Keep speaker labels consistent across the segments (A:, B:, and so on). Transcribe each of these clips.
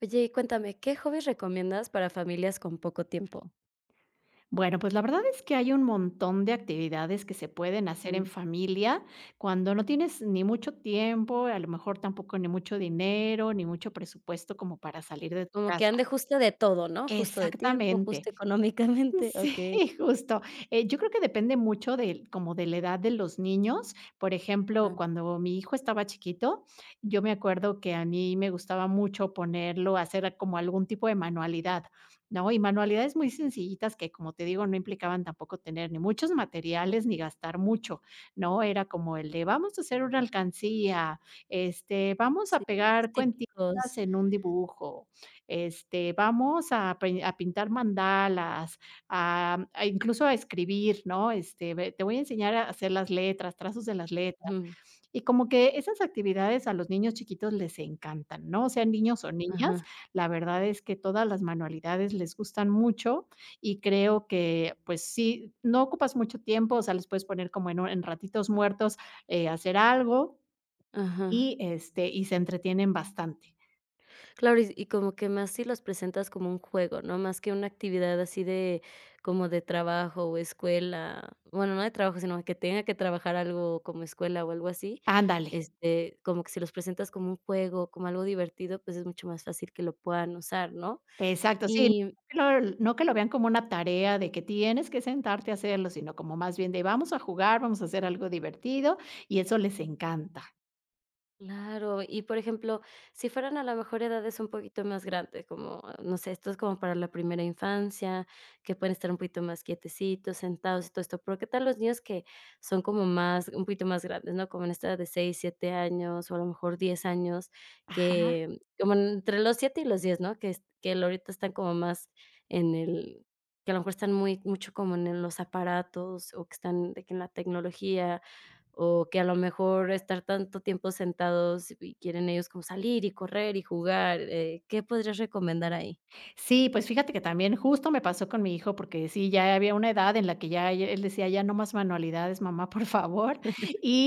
A: Oye, y cuéntame, ¿qué hobbies recomiendas para familias con poco tiempo?
B: Bueno, pues la verdad es que hay un montón de actividades que se pueden hacer en
A: Mm,
B: familia cuando no tienes ni mucho tiempo, a lo mejor tampoco ni mucho dinero, ni mucho presupuesto como para salir de tu
A: como que
B: casa.
A: ande justo de todo, ¿no? Justo de tiempo,
B: Exactamente.
A: justo económicamente,
B: Sí,
A: okey.
B: justo. Yo creo que depende mucho de como de la edad de los niños. Por ejemplo,
A: Ah,
B: cuando mi hijo estaba chiquito, yo me acuerdo que a mí me gustaba mucho ponerlo a hacer como algún tipo de manualidad, ¿no? Y manualidades muy sencillitas que, como te digo, no implicaban tampoco tener ni muchos materiales ni gastar mucho, ¿no? Era como el de vamos a hacer una alcancía, este, vamos
A: sí,
B: a
A: los
B: pegar cuentitas
A: típicos.
B: en un dibujo, este, vamos a, a pintar mandalas, a incluso a escribir, ¿no? Este, ve, te voy a enseñar a hacer las letras, trazos de las letras.
A: Ujú.
B: Y como que esas actividades a los niños chiquitos les encantan, ¿no? Sean niños o niñas,
A: Ajá,
B: la verdad es que todas las manualidades les gustan mucho y creo que, pues sí, no ocupas mucho tiempo, o sea, les puedes poner como en un en ratitos muertos, hacer algo
A: ajá.
B: y, este, y se entretienen bastante.
A: Claro, y como que más si los presentas como un juego, ¿no? Más que una actividad así de como de trabajo o escuela. Bueno, no de trabajo, sino que tenga que trabajar algo como escuela o algo así.
B: Ándale.
A: Este, como que si los presentas como un juego, como algo divertido, pues es mucho más fácil que lo puedan usar, ¿no?
B: Exacto, sí,
A: Y
B: no que que lo vean como una tarea de que tienes que sentarte a hacerlo, sino como más bien de vamos a jugar, vamos a hacer algo divertido, y eso les encanta.
A: claro, y por ejemplo, si fueran a lo mejor edades un poquito más grandes, como, ah, no sé, esto es como para la primera infancia, que pueden estar un poquito más quietecitos, sentados y todo esto. Pero, ¿qué tal los niños que son como más, un poquito más grandes? ¿No? Como en esta edad de 6 7 años o a lo mejor 10 años,
B: Ajá.
A: que como entre los 7 y los diez, ¿no? Que, que ahorita están como más en el, que a lo mejor están mucho como en los aparatos o que están de que en la tecnología. O que a lo mejor estar tanto tiempo sentados y quieren ellos como salir y correr y jugar. ¿Qué podrías recomendar ahí?
B: Sí, pues fíjate que también justo me pasó con mi hijo, porque sí, ya había una edad en la que ya él decía: "Ya no más manualidades, mamá, por favor".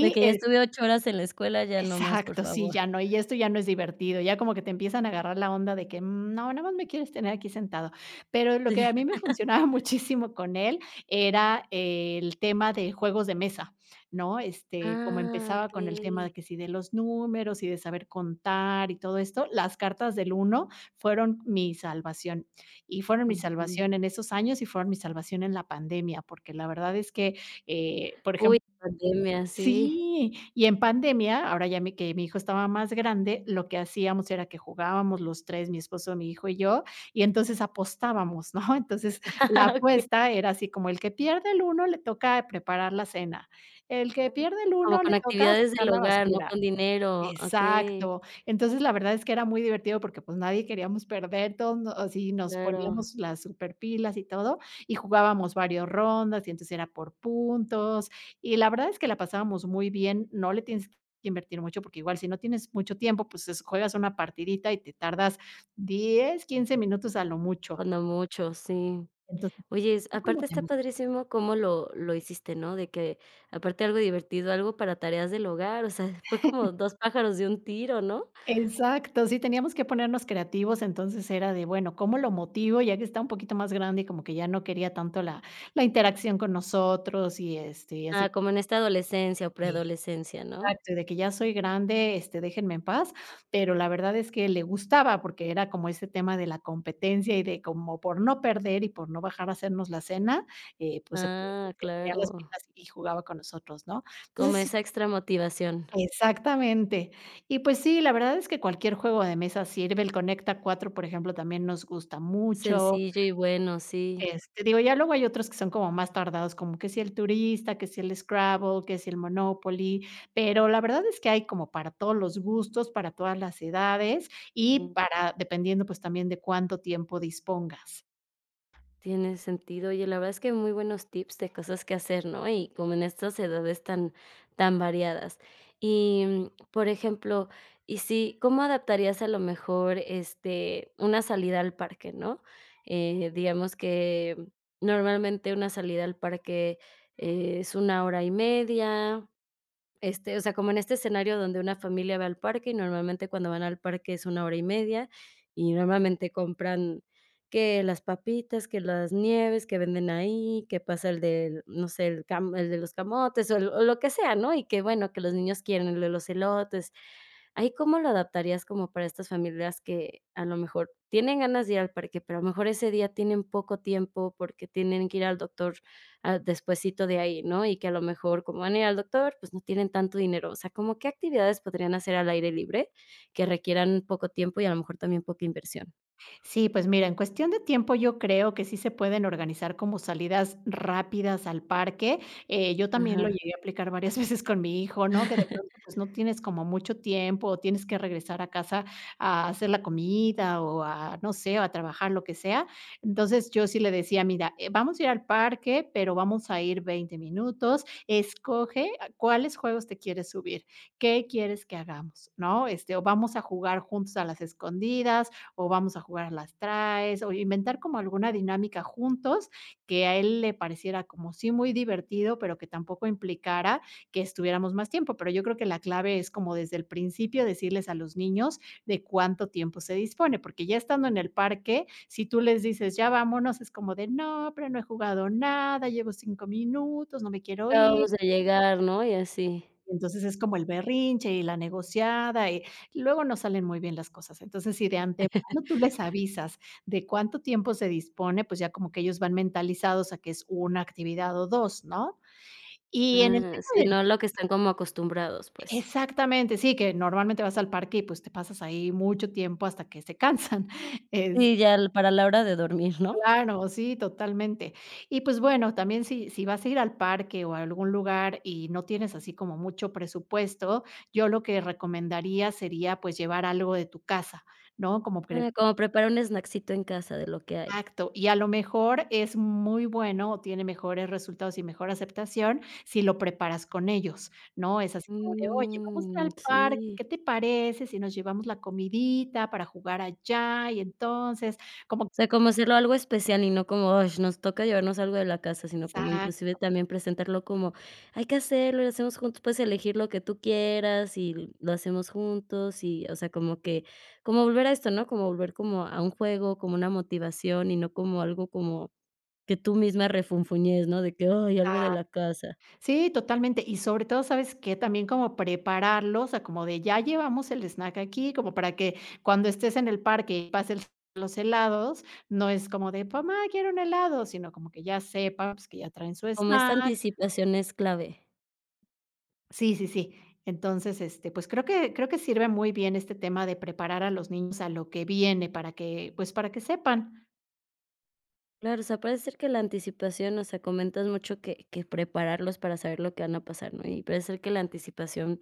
A: De que ya
B: eh
A: estuve 8 horas en la escuela, ya no más, por
B: Exacto, sí,
A: favor.
B: ya no, y esto ya no es divertido, ya como que te empiezan a agarrar la onda de que: "Mm, no, nada más me quieres tener aquí sentado". Pero lo que
A: Sí.
B: a mí me funcionaba muchísimo con él era el tema de juegos de mesa, ¿no? Este, como
A: Ah,
B: empezaba con el tema
A: okey.
B: de que sí de los números y de saber contar y todo esto, las cartas del UNO fueron mi salvación, y fueron mi
A: Ujú.
B: salvación en esos años y fueron mi salvación en la pandemia, porque la verdad es que, por
A: Uy,
B: ejemplo.
A: pandemia, sí.
B: Sí, y en pandemia, ahora ya mi que mi hijo estaba más grande, lo que hacíamos era que jugábamos los 3, mi esposo, mi hijo y yo, y entonces apostábamos, ¿no? Entonces, la apuesta era así como el que pierde el UNO le toca preparar la cena, el que
A: Okey.
B: pierde el
A: Como
B: UNO
A: con
B: le toca
A: actividades del
B: sacar la
A: hogar, no
B: basura.
A: con dinero. Okey,
B: Exacto. Entonces, la verdad es que era muy divertido porque, pues, nadie queríamos perder, todos no así nos
A: claro.
B: poníamos las superpilas y todo, y jugábamos varias rondas, y entonces era por puntos, y la verdad es que la pasábamos muy bien, no le tienes que invertir mucho, porque igual si no tienes mucho tiempo, pues, es juegas una partidita y te tardas 10, 15 minutos a lo mucho.
A: Cuando mucho, sí.
B: Entonces,
A: Oye, es
B: es
A: aparte
B: como.
A: está padrísimo cómo lo hiciste, ¿no? De que aparte algo divertido, algo para tareas del hogar, o sea, fue como dos pájaros de un tiro, ¿no?
B: Exacto, sí, teníamos que ponernos creativos, entonces era de, bueno, ¿cómo lo motivo? Ya que está un poquito más grande y como que ya no quería tanto la interacción con nosotros y, este, y así.
A: Ah, como en esta adolescencia o preadolescencia, ¿no?
B: Exacto, de que ya soy grande, este, déjenme en paz, pero la verdad es que le gustaba porque era como ese tema de la competencia y de como por no perder y por no bajar a hacernos la cena, pues se
A: Ah,
B: se ponía las
A: claro,
B: pilas y jugaba con nosotros, ¿no?
A: como
B: Entonces sí.
A: esa extra motivación.
B: Exactamente. Y pues sí, la verdad es que cualquier juego de mesa sirve. El Conecta 4, por ejemplo, también nos gusta mucho.
A: Sencillo y bueno, sí.
B: Este, digo, ya luego hay otros que son como más tardados, como que si el turista, que si el Scrabble, que si el Monopoly, pero la verdad es que hay como para todos los gustos, para todas las edades y para dependiendo, pues, también de cuánto tiempo dispongas.
A: Tiene sentido. Oye, la verdad es que muy buenos tips de cosas que hacer, ¿no? Y como en estas edades tan, tan variadas. Por ejemplo, y si, ¿cómo adaptarías a lo mejor este, una salida al parque? ¿No? Digamos que normalmente una salida al parque es una hora y media. Este, o sea, como en este escenario donde una familia va al parque, y normalmente cuando van al parque es una hora y media, y normalmente compran que las papitas, que las nieves que venden ahí, que pasa el del, no sé, el de los camotes, o lo que sea, ¿no? Y que bueno, que los niños quieren el de los elotes. ¿Ahí cómo lo adaptarías como para estas familias que a lo mejor tienen ganas de ir al parque, pero a lo mejor ese día tienen poco tiempo porque tienen que ir al doctor despuesito de ahí, ¿no? Y que a lo mejor, como van a ir al doctor, pues no tienen tanto dinero. O sea, como qué actividades podrían hacer al aire libre que requieran poco tiempo y a lo mejor también poca inversión.
B: Sí, pues mira, en cuestión de tiempo yo creo que sí se pueden organizar como salidas rápidas al parque. Yo también lo
A: Ajá.
B: llegué a aplicar varias veces con mi hijo, ¿no? Que de pronto pues no tienes como mucho tiempo o tienes que regresar a casa a hacer la comida o a, no sé, a trabajar, lo que sea. Entonces yo sí le decía, mira, vamos a ir al parque, pero vamos a ir 20 minutos, escoge a cuáles juegos te quieres subir, qué quieres que hagamos, ¿no? Este, o vamos a jugar juntos a las escondidas o vamos a jugar a las traes, o inventar como alguna dinámica juntos que a él le pareciera como sí muy divertido, pero que tampoco implicara que estuviéramos más tiempo. Pero yo creo que la clave es como desde el principio decirles a los niños de cuánto tiempo se dispone, porque ya estando en el parque, si tú les dices, ya vámonos, es como de, no, pero no he jugado nada, llevo 5 minutos, no me quiero ir,
A: Acabamos de llegar, ¿no? Y así.
B: entonces es como el berrinche y la negociada, y luego no salen muy bien las cosas. Entonces, si de antemano tú les avisas de cuánto tiempo se dispone, pues ya como que ellos van mentalizados a que es una actividad o dos, ¿no? Y en el
A: Ah,
B: tema
A: sí,
B: del.
A: no lo que están como acostumbrados, pues.
B: Exactamente, sí, que normalmente vas al parque y, pues, te pasas ahí mucho tiempo hasta que se cansan.
A: Sí, ya l para la hora de dormir, ¿no?
B: Claro, sí, totalmente. Y pues bueno, también si, vas a ir al parque o a algún lugar y no tienes así como mucho presupuesto, yo lo que recomendaría sería pues llevar algo de tu casa, ¿no? Como que.
A: Ah, como preparar un snackcito en casa de lo que hay.
B: Exacto. Y a lo mejor es muy bueno o tiene mejores resultados y mejor aceptación si lo preparas con ellos, ¿no? Es así como de, oye, vamos a ir
A: Mm,
B: al parque,
A: sí.
B: ¿qué te parece si nos llevamos la comidita para jugar allá? Y entonces, como que...
A: Sea, como hacerlo algo especial y no como: "Ay, nos toca llevarnos algo de la casa", sino como inclusive
B: Exacto.
A: también presentarlo como: "Hay que hacerlo, lo hacemos juntos, puedes elegir lo que tú quieras y lo hacemos juntos", y, o sea, como que como volver a esto, ¿no? Como volver como a un juego, como una motivación y no como algo como que tú misma refunfuñes, ¿no? De que: "Ay, algo de la casa".
B: Sí, totalmente. Y sobre todo, ¿sabes qué? También como prepararlos, o sea, como de ya llevamos el snack aquí, como para que cuando estés en el parque y pase los helados, no es como de: "Pues, mamá, quiero un helado", sino como que ya sepa, pues, que ya traen su
A: Como esta
B: snack.
A: anticipación es clave.
B: Sí, sí, sí. Entonces, este, pues creo que, sirve muy bien este tema de preparar a los niños a lo que viene pues para que sepan.
A: Claro, o sea, parece ser que la anticipación, o sea, comentas mucho que prepararlos para saber lo que van a pasar, ¿no? Y parece ser que la anticipación.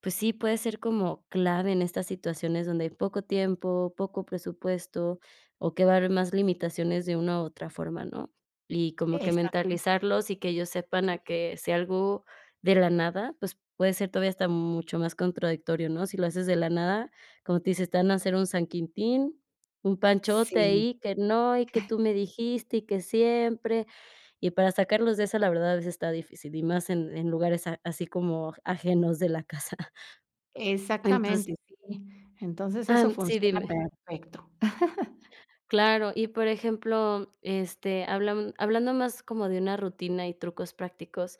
A: Pues sí, puede ser como clave en estas situaciones donde hay poco tiempo, poco presupuesto o que va a haber más limitaciones de una u otra forma, ¿no? Y como que
B: Exactamente.
A: mentalizarlos y que ellos sepan a que si algo de la nada, pues puede ser todavía hasta mucho más contradictorio, ¿no? Si lo haces de la nada, como te dices, te van a hacer un San Quintín, un panchote
B: Sí,
A: ahí, que no, y que tú me dijiste y que siempre, y para sacarlos de esa, la verdad, a veces está difícil, y más en lugares a así como ajenos de la casa. Entonces,
B: exactamente, sí. Entonces eso
A: ah, sí,
B: funciona
A: dime.
B: perfecto.
A: Claro, y por ejemplo, este, hablando más como de una rutina y trucos prácticos.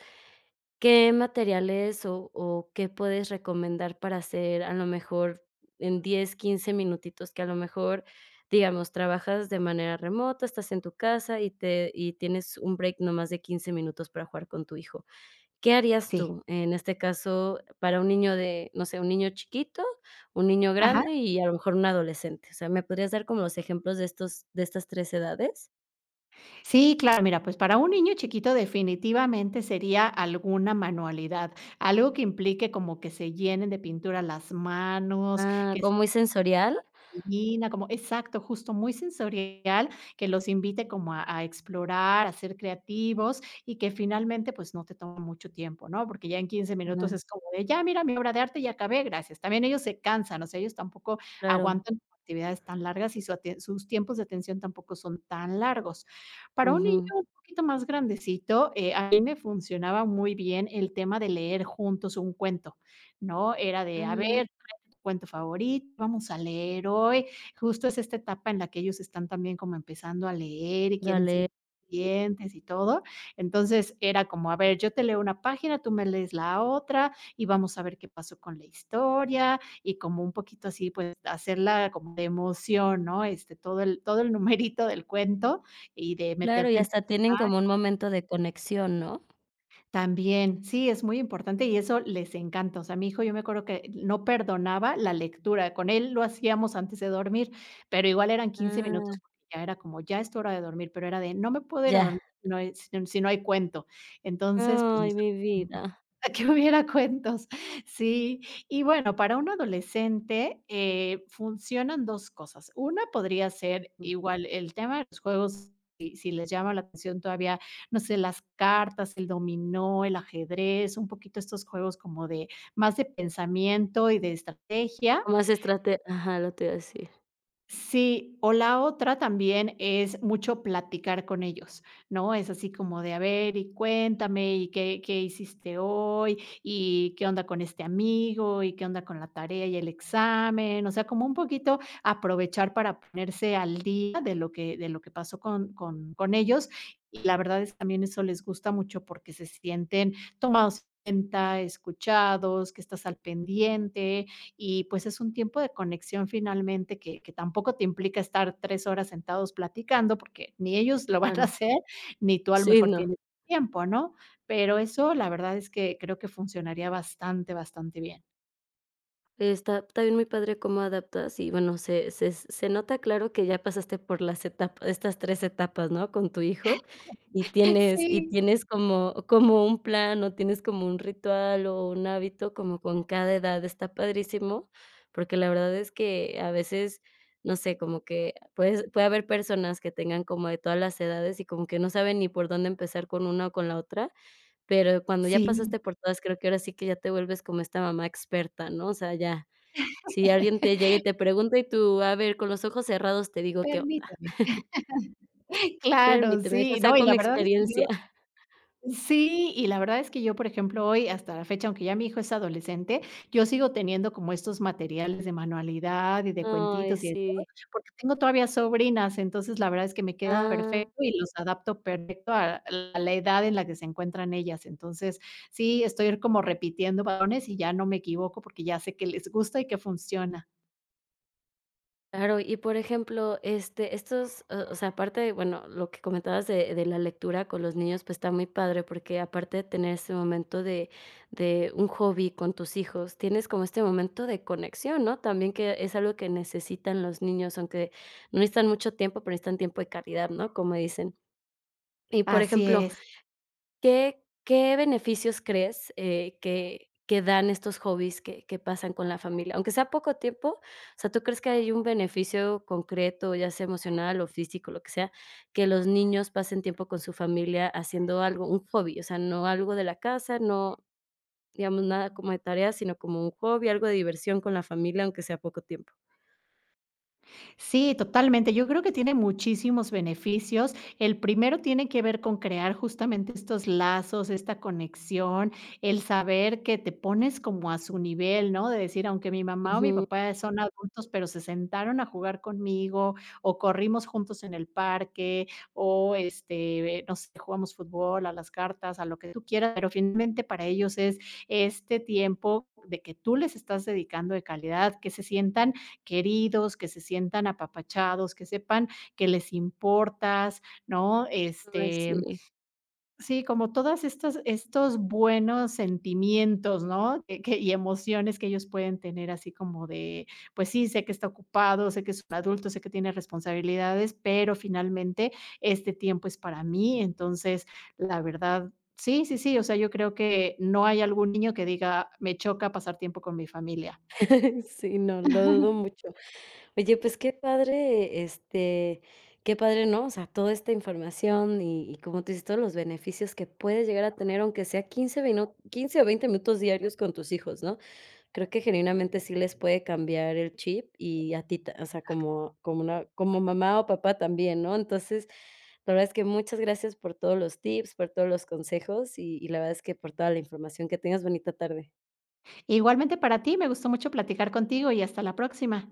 A: ¿Qué materiales o qué puedes recomendar para hacer a lo mejor en 10, 15 minutitos? Que a lo mejor, digamos, trabajas de manera remota, estás en tu casa y tienes un break no más de 15 minutos para jugar con tu hijo. ¿Qué harías
B: Sí.
A: tú en este caso para un niño de, no sé, un niño chiquito, un niño
B: Ajá.
A: grande y a lo mejor un adolescente? O sea, ¿me podrías dar como los ejemplos de estas tres edades?
B: Sí, claro, mira, pues para un niño chiquito definitivamente sería alguna manualidad, algo que implique como que se llenen de pintura las manos,
A: Ah,
B: que.
A: como muy sensorial.
B: Divina, como exacto, justo, muy sensorial, que los invite como a explorar, a ser creativos y que finalmente, pues, no te toma mucho tiempo, ¿no? Porque ya en 15 minutos
A: Ajá,
B: es como de: "Ya, mira mi obra de arte, ya acabé, gracias". También ellos se cansan, o sea, ellos tampoco
A: claro.
B: aguantan actividades tan largas y su aten sus tiempos de atención tampoco son tan largos. Para un niño
A: Ujú.
B: un poquito más grandecito, a mí me funcionaba muy bien el tema de leer juntos un cuento, ¿no? Era de: "A
A: Ah,
B: ver, tu cuento favorito, vamos a leer hoy". Justo es esta etapa en la que ellos están también como empezando a leer y quieren ser
A: dale.
B: independientes y todo. Entonces era como, a ver, yo te leo una página, tú me lees la otra y vamos a ver qué pasó con la historia y como un poquito así, pues hacerla como de emoción, ¿no? Este, todo el numerito del cuento y de
A: Claro, y
B: meterte en.
A: hasta tienen como un momento de conexión, ¿no?
B: También, sí, es muy importante y eso les encanta. O sea, mi hijo, yo me acuerdo que no perdonaba la lectura. Con él lo hacíamos antes de dormir, pero igual eran quince
A: Ah,
B: minutos porque ya era como, ya es tu hora de dormir, pero era de, no me puedo ir a
A: ya.
B: dormir si no hay, si no hay cuento. Entonces, pues
A: Ay,
B: nos
A: mi
B: acostumbró
A: vida.
B: a que hubiera cuentos. Sí, y bueno, para un adolescente funcionan dos cosas. Una podría ser igual el tema de los juegos, si les llama la atención todavía no sé, las cartas, el dominó, el ajedrez, un poquito estos juegos como de más de pensamiento y de estrategia.
A: Como más estrate ajá, lo te iba a decir.
B: Sí, o la otra también es mucho platicar con ellos, ¿no? Es así como de, a ver, y cuéntame, y qué, qué hiciste hoy, y qué onda con este amigo, y qué onda con la tarea y el examen, o sea, como un poquito aprovechar para ponerse al día de lo que pasó con ellos. Y la verdad es que también eso les gusta mucho porque se sienten tomados en cuenta, escuchados, que estás al pendiente, y pues es un tiempo de conexión finalmente que tampoco te implica estar 3 horas sentados platicando porque ni ellos lo van a
A: Claro.
B: hacer, ni tú a lo
A: Sí,
B: mejor
A: no.
B: tienes tiempo, ¿no? Pero eso la verdad es que creo que funcionaría bastante, bastante bien.
A: Está también muy padre cómo adaptas y bueno, se nota claro que ya pasaste por las etapas estas 3 etapas, ¿no?, con tu hijo, y tienes y
B: Sí,
A: tienes como un plan, o tienes como un ritual, o un hábito como con cada edad, está padrísimo, porque la verdad es que a veces, no sé, como que puede haber personas que tengan como de todas las edades y como que no saben ni por dónde empezar con una o con la otra, pero cuando ya
B: sí,
A: pasaste por todas, creo que ahora sí que ya te vuelves como esta mamá experta, ¿no? O sea, ya si alguien te llega y te pregunta y tú, a ver, con los ojos cerrados te digo qué onda.
B: permíteme. Claro,
A: Permíteme, deja
B: sí, no,
A: saco
B: y
A: mi
B: la verdad es que yo.
A: experiencia.
B: Sí, y la verdad es que yo, por ejemplo, hoy hasta la fecha, aunque ya mi hijo es adolescente, yo sigo teniendo como estos materiales de manualidad y de
A: Ay,
B: cuentitos y de todo,
A: sí.
B: porque tengo todavía sobrinas, entonces la verdad es que me queda
A: Ah,
B: perfecto y los adapto perfecto a la edad en la que se encuentran ellas. Entonces, sí, estoy como repitiendo balones y ya no me equivoco porque ya sé que les gusta y que funciona.
A: claro. Y, por ejemplo, este, estos, o sea, aparte de, bueno, lo que comentabas de la lectura con los niños, pues, está muy padre, porque aparte de tener ese momento de un hobby con tus hijos, tienes como este momento de conexión, ¿no? También que es algo que necesitan los niños, aunque no necesitan mucho tiempo, pero necesitan tiempo de calidad, ¿no? Como dicen. Y, por
B: Así
A: ejemplo,
B: es.
A: ¿Qué beneficios crees, que dan estos hobbies que pasan con la familia? Aunque sea poco tiempo, o sea, ¿tú crees que hay un beneficio concreto, ya sea emocional o físico, lo que sea, que los niños pasen tiempo con su familia haciendo algo, un hobby? O sea, no algo de la casa, no, digamos, nada como de tareas, sino como un hobby, algo de diversión con la familia, aunque sea poco tiempo.
B: Sí, totalmente. Yo creo que tiene muchísimos beneficios. El primero tiene que ver con crear justamente estos lazos, esta conexión, el saber que te pones como a su nivel, ¿no? De decir, aunque mi mamá o mi
A: Ujú.
B: papá son adultos, pero se sentaron a jugar conmigo o corrimos juntos en el parque o, este, no sé, jugamos fútbol, a las cartas, a lo que tú quieras, pero finalmente para ellos es este tiempo de que tú les estás dedicando de calidad, que se sientan queridos, que se sientan apapachados, que sepan que les importas, ¿no?
A: Ay,
B: Este,
A: sí.
B: sí, como todas estas estos buenos sentimientos, ¿no? Que y emociones que ellos pueden tener así como de, pues sí, sé que está ocupado, sé que es un adulto, sé que tiene responsabilidades, pero finalmente este tiempo es para mí. Entonces, la verdad, sí, sí, sí, o sea, yo creo que no hay algún niño que diga: "Me choca pasar tiempo con mi familia".
A: Sí, no, lo dudo mucho. Oye, pues qué padre, este, qué padre, ¿no? O sea, toda esta información y como tú dices, todos los beneficios que puedes llegar a tener, aunque sea 15 o 20 minutos diarios con tus hijos, ¿no? Creo que genuinamente sí les puede cambiar el chip y a ti, o sea, como mamá o papá también, ¿no? Entonces, la verdad es que muchas gracias por todos los tips, por todos los consejos y la verdad es que por toda la información. Que tengas bonita tarde.
B: Igualmente para ti, me gustó mucho platicar contigo y hasta la próxima.